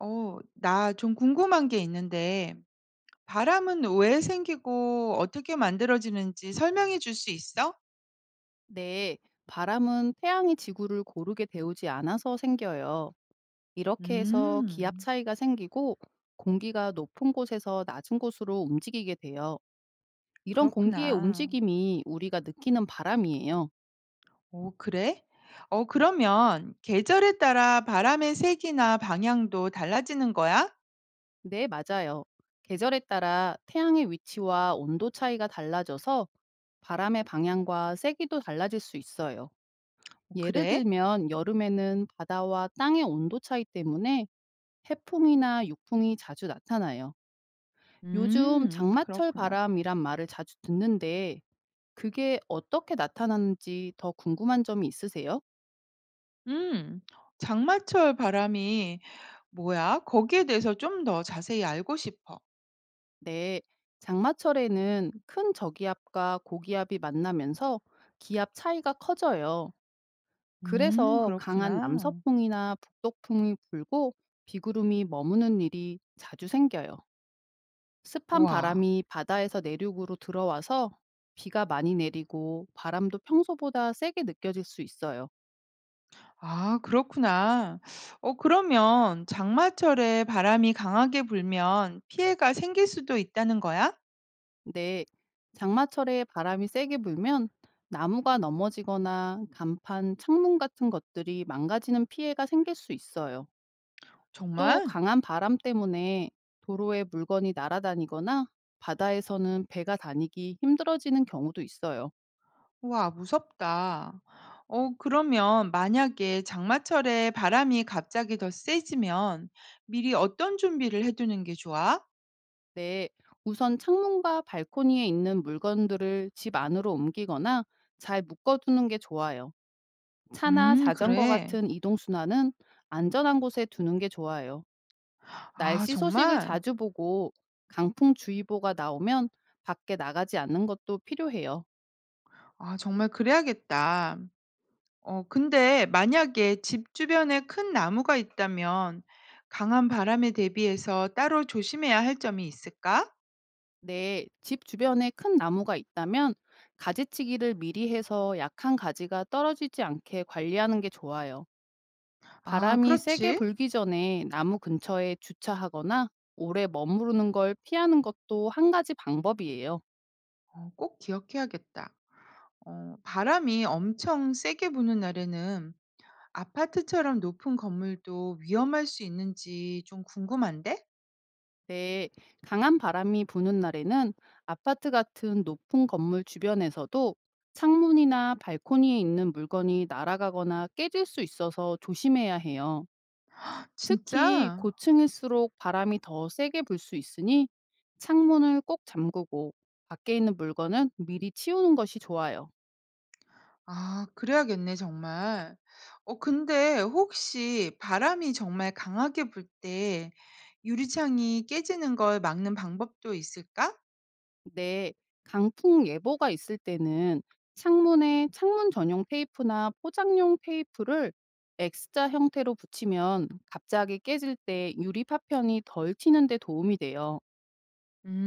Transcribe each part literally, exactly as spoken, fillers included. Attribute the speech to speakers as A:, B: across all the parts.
A: 어, 나 좀 궁금한 게 있는데, 바람은 왜 생기고 어떻게 만들어지는지 설명해 줄 수 있어?
B: 네, 바람은 태양이 지구를 고르게 데우지 않아서 생겨요. 이렇게 해서 기압
A: 음,
B: 차이가 생기고 공기가 높은 곳에서 낮은 곳으로 움직이게 돼요. 이런 공기의
A: 그렇구나.
B: 움직임이 우리가 느끼는 바람이에요.
A: 오, 그래? 어, 그러면 계절에 따라 바람의 색이나 방향도 달라지는 거야?
B: 네, 맞아요. 계절에 따라 태양의 위치와 온도 차이가 달라져서 바람의 방향과 세기도 달라질 수 있어요.
A: 어,
B: 예를
A: 그래?
B: 들면 여름에는 바다와 땅의 온도 차이 때문에 해풍이나 육풍이 자주 나타나요. 요즘
A: 음,
B: 장마철
A: 그렇구나.
B: 바람이란 말을 자주 듣는데 그게 어떻게 나타나는지 더 궁금한 점이 있으세요?
A: 음, 장마철 바람이 뭐야? 거기에 대해서 좀 더 자세히 알고 싶어.
B: 네. 장마철에는 큰 저기압과 고기압이 만나면서 기압 차이가 커져요.
A: 음,
B: 그래서 강한
A: 그렇구나.
B: 남서풍이나 북동풍이 불고 비구름이 머무는 일이 자주 생겨요. 습한
A: 와.
B: 바람이 바다에서 내륙으로 들어와서 비가 많이 내리고 바람도 평소보다 세게 느껴질 수 있어요.
A: 아, 그렇구나. 어 그러면 장마철에 바람이 강하게 불면 피해가 생길 수도 있다는 거야?
B: 네, 장마철에 바람이 세게 불면 나무가 넘어지거나 간판, 창문 같은 것들이 망가지는 피해가 생길 수 있어요. 또
A: 정말?
B: 강한 바람 때문에 도로에 물건이 날아다니거나 바다에서는 배가 다니기 힘들어지는 경우도 있어요.
A: 와, 무섭다. 어 그러면 만약에 장마철에 바람이 갑자기 더 세지면 미리 어떤 준비를 해 두는 게 좋아?
B: 네, 우선 창문과 발코니에 있는 물건들을 집 안으로 옮기거나 잘 묶어두는 게 좋아요. 차나
A: 음,
B: 자전거
A: 그래.
B: 같은 이동수단은 안전한 곳에 두는 게 좋아요.
A: 아,
B: 날씨 소식을
A: 정말?
B: 자주 보고 강풍주의보가 나오면 밖에 나가지 않는 것도 필요해요.
A: 아, 정말 그래야겠다. 어 근데 만약에 집 주변에 큰 나무가 있다면 강한 바람에 대비해서 따로 조심해야 할 점이 있을까?
B: 내 집 주변에 큰 나무가 있다면 가지치기를 미리 해서 약한 가지가 떨어지지 않게 관리하는 게 좋아요.
A: 아,
B: 바람이 세게
A: 그렇지.
B: 불기 전에 나무 근처에 주차하거나 오래 머무르는 걸 피하는 것도 한 가지 방법이에요.
A: 어, 꼭 기억해야겠다. 어, 바람이 엄청 세게 부는 날에는 아파트처럼 높은 건물도 위험할 수 있는지 좀 궁금한데?
B: 네, 강한 바람이 부는 날에는 아파트 같은 높은 건물 주변에서도 창문이나 발코니에 있는 물건이 날아가거나 깨질 수 있어서 조심해야 해요. 특히
A: 진짜?
B: 고층일수록 바람이 더 세게 불 수 있으니 창문을 꼭 잠그고 밖에 있는 물건은 미리 치우는 것이 좋아요.
A: 아, 그래야겠네, 정말. 어 근데 혹시 바람이 정말 강하게 불 때 유리창이 깨지는 걸 막는 방법도 있을까?
B: 네, 강풍 예보가 있을 때는 창문에 창문 전용 테이프나 포장용 테이프를 엑스 자 형태로 붙이면 갑자기 깨질 때 유리 파편이 덜 튀는 데 도움이 돼요.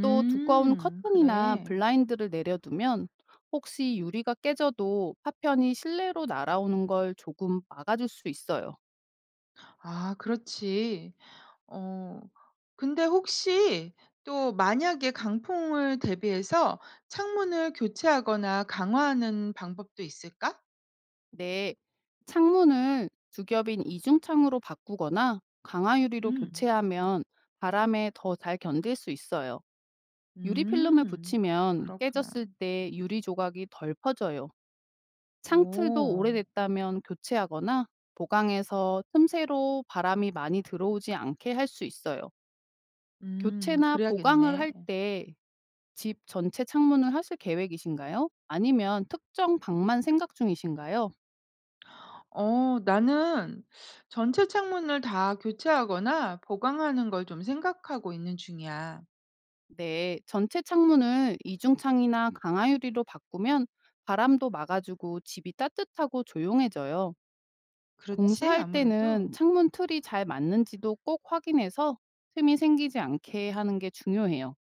B: 또 두꺼운 커튼이나
A: 그래.
B: 블라인드를 내려두면 혹시 유리가 깨져도 파편이 실내로 날아오는 걸 조금 막아줄 수 있어요.
A: 아, 그렇지. 어 근데 혹시 또 만약에 강풍을 대비해서 창문을 교체하거나 강화하는 방법도 있을까?
B: 네, 창문을 두 겹인 이중창으로 바꾸거나 강화유리로
A: 음.
B: 교체하면 바람에 더 잘 견딜 수 있어요. 유리 필름을
A: 음.
B: 붙이면
A: 그렇구나.
B: 깨졌을 때 유리 조각이 덜 퍼져요. 창틀도
A: 오.
B: 오래됐다면 교체하거나 보강해서 틈새로 바람이 많이 들어오지 않게 할 수 있어요.
A: 음,
B: 교체나 보강을
A: 그래야겠네.
B: 할 때 집 전체 창문을 하실 계획이신가요? 아니면 특정 방만 생각 중이신가요?
A: 어 나는 전체 창문을 다 교체하거나 보강하는 걸 좀 생각하고 있는 중이야.
B: 네, 전체 창문을 이중창이나 강화유리로 바꾸면 바람도 막아주고 집이 따뜻하고 조용해져요.
A: 그렇지?
B: 공사할 때는
A: 아무래도.
B: 창문 틀이 잘 맞는지도 꼭 확인해서 틈이 생기지 않게 하는 게 중요해요.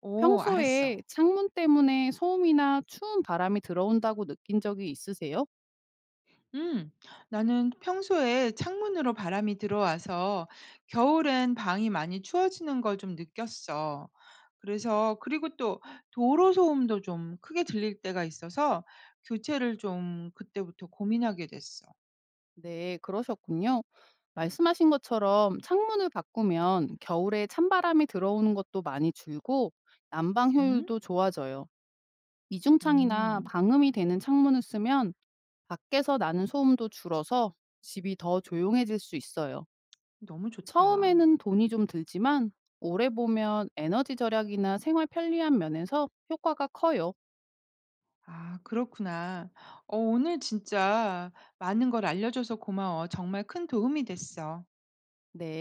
A: 오,
B: 평소에
A: 알았어.
B: 창문 때문에 소음이나 추운 바람이 들어온다고 느낀 적이 있으세요?
A: 음, 나는 평소에 창문으로 바람이 들어와서 겨울엔 방이 많이 추워지는 걸 좀 느꼈어. 그래서 그리고 또 도로 소음도 좀 크게 들릴 때가 있어서 교체를 좀 그때부터 고민하게 됐어.
B: 네, 그러셨군요. 말씀하신 것처럼 창문을 바꾸면 겨울에 찬바람이 들어오는 것도 많이 줄고 난방
A: 음?
B: 효율도 좋아져요. 이중창이나
A: 음,
B: 방음이 되는 창문을 쓰면 밖에서 나는 소음도 줄어서 집이 더 조용해질 수 있어요.
A: 너무 좋다.
B: 처음에는 돈이 좀 들지만 오래 보면 에너지 절약이나 생활 편리한 면에서 효과가 커요.
A: 아, 그렇구나. 어, 오늘 진짜 많은 걸 알려줘서 고마워. 정말 큰 도움이 됐어.
B: 네.